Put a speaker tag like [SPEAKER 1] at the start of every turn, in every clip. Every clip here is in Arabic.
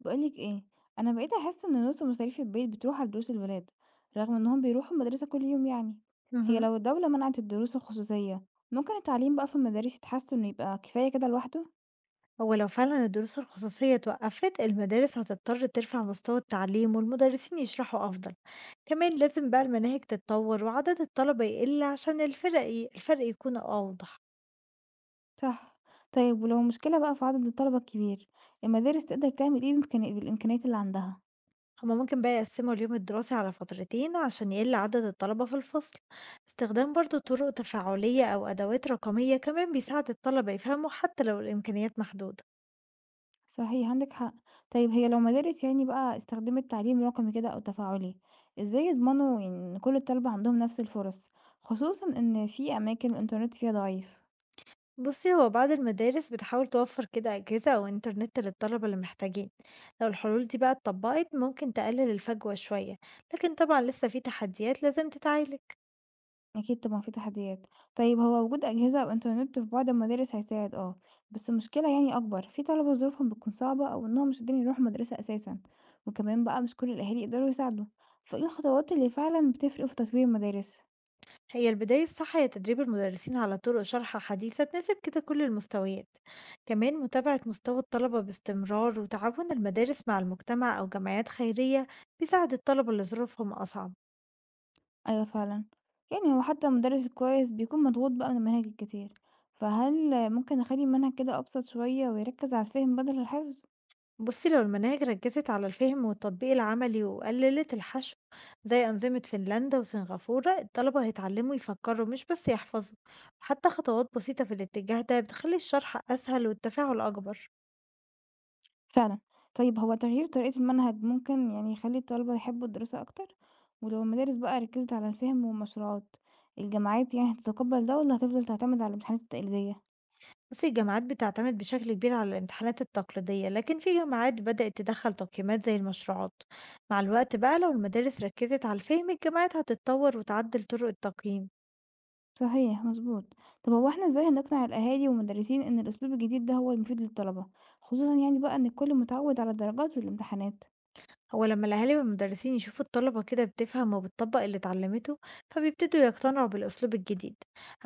[SPEAKER 1] بقولك ايه؟ انا بقيت احس ان نص مصاريف البيت بتروح على دروس الولاد، رغم انهم بيروحوا المدرسة كل يوم يعني. هي
[SPEAKER 2] اهم.
[SPEAKER 1] لو الدولة منعت الدروس الخصوصية، ممكن التعليم بقى في المدارس يتحسن ويبقى كفاية كده لوحده.
[SPEAKER 2] هو لو فعلًا الدروس الخصوصية اتوقّفت، المدارس هتضطر ترفع مستوى التعليم والمدرسين يشرحوا أفضل. كمان لازم بقى المناهج تتطور وعدد الطلبة يقل عشان الفرق يكون أوضح.
[SPEAKER 1] صح. طيب ولو مشكلة بقى في عدد الطلبة الكبير، المدارس تقدر تعمل ايه بالامكانيات اللي عندها؟
[SPEAKER 2] هُم ممكن بقى يقسّموا اليوم الدراسي على فترتين عشان يقل عدد الطلبة في الفصل. استخدام برضه طرق تفاعلية أو أدوات رقمية كمان بيساعد الطلبة يفهموا حتى لو الإمكانيات محدودة.
[SPEAKER 1] صحيح، عندك حق. طيب هي لو مدارس يعني بقى استخدمت تعليم رقمي كده او تفاعلي، ازاي يضمنوا ان كل الطلبة عندهم نفس الفرص، خصوصا ان في اماكن الانترنت فيها ضعيف؟
[SPEAKER 2] بصي هو بعض المدارس بتحاول توفر كده أجهزة أو إنترنت للطلبة اللي محتاجين. لو الحلول دي بقى اتطبقت ممكن تقلل الفجوة شوية، لكن طبعا لسه في تحديات لازم تتعالج.
[SPEAKER 1] أكيد طبعًا في تحديات. طيب هو وجود أجهزة أو إنترنت في بعض المدارس هيساعد، آه، بس المشكلة يعني أكبر، في طلبة ظروفهم بتكون صعبة أو إنهم مش قادرين يروحوا المدرسة أساسًا، وكمان بقى مش كل الأهالي يقدروا يساعدوا، فإيه الخطوات اللي فعلًا بتفرق في تطوير المدارس؟
[SPEAKER 2] هي البداية الصح هي تدريب المدرسين على طرق شرح حديثة تناسب كده كل المستويات. كمان متابعة مستوى الطلبة باستمرار وتعاون المدارس مع المجتمع أو جمعيات خيرية بيساعد الطلبة اللي ظروفهم أصعب.
[SPEAKER 1] أيوه فعلًا، يعني هو حتى المدرس الكويس بيكون مضغوط بقى من المناهج الكتير، فهل ممكن أخلي المنهج كده أبسط شوية ويركز على الفهم بدل الحفظ؟
[SPEAKER 2] بصي لو المناهج ركزت على الفهم والتطبيق العملي وقللت الحشو زي أنظمة فنلندا وسنغافورة، الطلبة هيتعلموا يفكروا مش بس يحفظوا. حتى خطوات بسيطة في الاتجاه ده بتخلي الشرح أسهل والتفاعل أكبر.
[SPEAKER 1] فعلًا. طيب هو تغيير طريقة المنهج ممكن يعني يخلّي الطلبة يحبّوا الدراسة أكتر؟ ولو المدارس بقى ركّزت على الفهم والمشروعات، الجامعات يعني هتتقبّل ده والّا هتفضل تعتمد على الامتحانات التقليدية؟
[SPEAKER 2] بصي الجامعات بتعتمد بشكل كبير على الامتحانات التقليدية، لكن في جامعات بدأت تدخل تقييمات زي المشروعات. مع الوقت بقى لو المدارس ركزت على الفهم، الجامعات هتتطور وتعدل طرق التقييم.
[SPEAKER 1] صحيح، مضبوط. طب هو إحنا إزاي هنقنع الأهالي والمدرسين إن الأسلوب الجديد ده هو المفيد للطلبة، خصوصًا يعني بقى إن الكل متعوّد على الدرجات والامتحانات؟
[SPEAKER 2] هو لما الأهالي والمدرسين يشوفوا الطلبة كده بتفهم وبتطبق اللي اتعلمته، فبيبتدوا يقتنعوا بالأسلوب الجديد.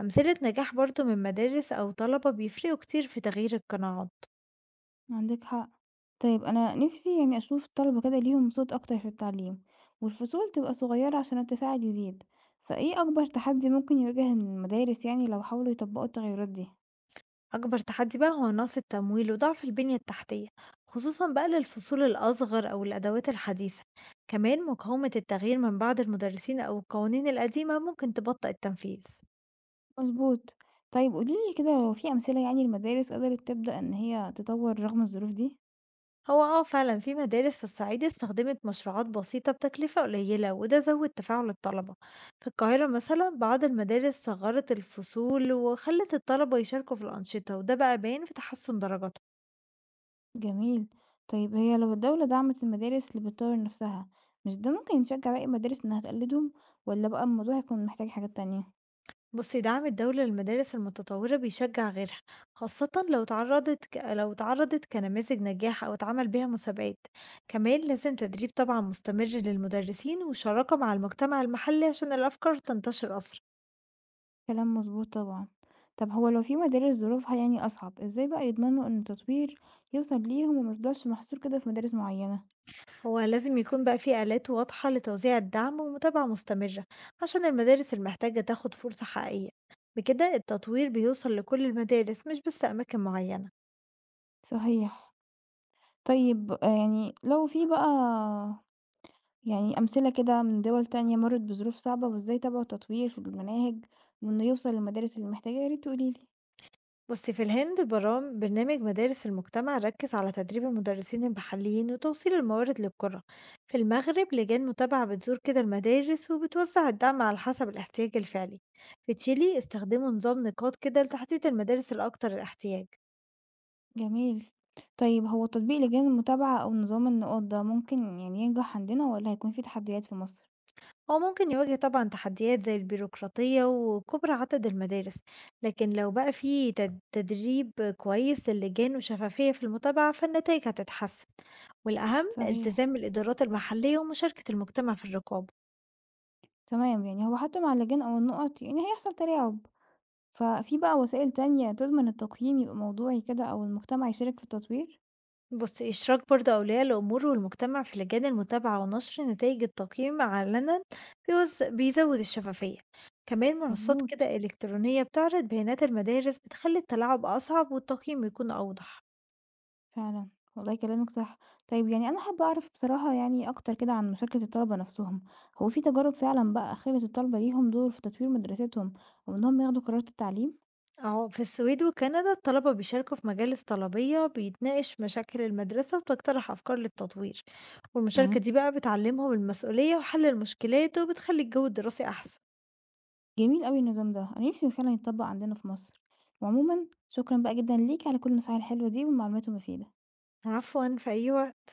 [SPEAKER 2] أمثلة نجاح برضو من مدارس أو طلبة بيفرقوا كتير في تغيير القناعات.
[SPEAKER 1] عندك حق. طيب أنا نفسي يعني أشوف الطلبة كده ليهم صوت أكتر في التعليم، والفصول تبقى صغيرة عشان التفاعل يزيد، فإيه أكبر تحدي ممكن يواجه المدارس يعني لو حاولوا يطبقوا التغيرات دي؟
[SPEAKER 2] أكبر تحدي بقى هو نقص التمويل وضعف البنية التحتية، خصوصا بقى للفصول الأصغر أو الأدوات الحديثة. كمان مقاومة التغيير من بعض المدرسين أو القوانين القديمة ممكن تبطئ التنفيذ.
[SPEAKER 1] مظبوط. طيب قوليلي كده لو في أمثلة يعني المدارس قدرت تبدأ إن هي تطور رغم الظروف دي.
[SPEAKER 2] هو آه فعلا في مدارس في الصعيد استخدمت مشروعات بسيطة بتكلفة قليلة، وده زود تفاعل الطلبة. في القاهرة مثلا بعض المدارس صغرت الفصول وخلت الطلبة يشاركوا في الأنشطة، وده بقى باين في تحسن درجاتهم.
[SPEAKER 1] جميل. طيب هي لو الدولة دعمت المدارس اللي بتطور نفسها، مش ده ممكن يشجع باقي المدارس إنها تقلدهم، ولا بقى الموضوع هيكون محتاج حاجات تانية؟
[SPEAKER 2] بصي دعم الدولة للمدارس المتطورة بيشجع غيرها، خاصة لو لو اتعرضت كنماذج نجاح أو اتعمل بيها مسابقات. كمان لازم تدريب طبعا مستمر للمدرسين وشراكة مع المجتمع المحلي عشان الأفكار تنتشر أسرع.
[SPEAKER 1] كلام مظبوط طبعًا. طب هو لو في مدارس ظروفها يعني أصعب، إزاي بقى يضمنوا إن التطوير يوصل ليهم وما يفضلش محصور كده في مدارس معيّنة؟
[SPEAKER 2] هو لازم يكون بقى في آلات واضحة لتوزيع الدعم ومتابعة مستمرة عشان المدارس المحتاجة تاخد فرصة حقيقية. بكده التطوير بيوصل لكل المدارس مش بس أماكن معينة.
[SPEAKER 1] صحيح. طيب يعني لو في بقى، يعني أمثلة كده من دول تانية مرّت بظروف صعبة وإزاي تابعوا التطوير في المناهج وإنه يوصل للمدارس اللي محتاجاه، يا ريت تقولي لي.
[SPEAKER 2] بس في الهند برنامج مدارس المجتمع ركز على تدريب المدرسين المحليين وتوصيل الموارد للقرى. في المغرب لجان متابعة بتزور كده المدارس وبتوزع الدعم على حسب الاحتياج الفعلي. في تشيلي استخدموا نظام نقاط كده لتحديد المدارس الأكثر الاحتياج.
[SPEAKER 1] جميل. طيب هو تطبيق لجان المتابعة أو نظام النقاط ده ممكن يعني ينجح عندنا والّا هيكون في تحديات في مصر؟
[SPEAKER 2] هو ممكن يواجه طبعًا تحديات زي البيروقراطية وكُبْر عدد المدارس، لكن لو بقى في تدريب كويس للجان وشفافية في المتابعة، فالنتايج هتتحسن، والأهم
[SPEAKER 1] صحيح.
[SPEAKER 2] التزام الإدارات المحلية ومشاركة المجتمع في الرقابة.
[SPEAKER 1] تمام. يعني هو حتى مع اللجان أو النقط يعني هيحصل تلاعب. ففي بقى وسائل تانية تضمن التقييم يبقى موضوعي كده أو المجتمع يشارك في التطوير؟
[SPEAKER 2] بُص، إشراك برضه أولياء الأمور والمجتمع في لجان المتابعة ونشر نتايج التقييم علنًا بيزود الشفافية، كمان منصات
[SPEAKER 1] مظبوط.
[SPEAKER 2] كده إلكترونية بتعرض بيانات المدارس بتخلي التلاعب أصعب والتقييم يكون أوضح.
[SPEAKER 1] فعلا، والله كلامك صح. طيب يعني أنا حابة أعرف بصراحة يعني أكتر كده عن مشاركة الطلبة نفسهم، هو في تجارب فعلا بقى خلت الطلبة ليهم دور في تطوير مدرستهم أو إنهم ياخدوا قرارات التعليم؟
[SPEAKER 2] أهو في السويد وكندا الطلبة بيشاركوا في مجالس طلبية بيتناقش مشاكل المدرسة وبتقترح أفكار للتطوير.
[SPEAKER 1] مم.
[SPEAKER 2] والمشاركة دي بقى بتعلمهم المسؤولية وحل المشكلات وبتخلي الجو الدراسي أحسن.
[SPEAKER 1] جميل قوي النظام ده، أنا نفسي فعلا يتطبق عندنا في مصر. وعموما شكرا بقى جدا ليك على كل النصائح الحلوة دي والمعلومات المفيدة.
[SPEAKER 2] عفوا، في أي وقت.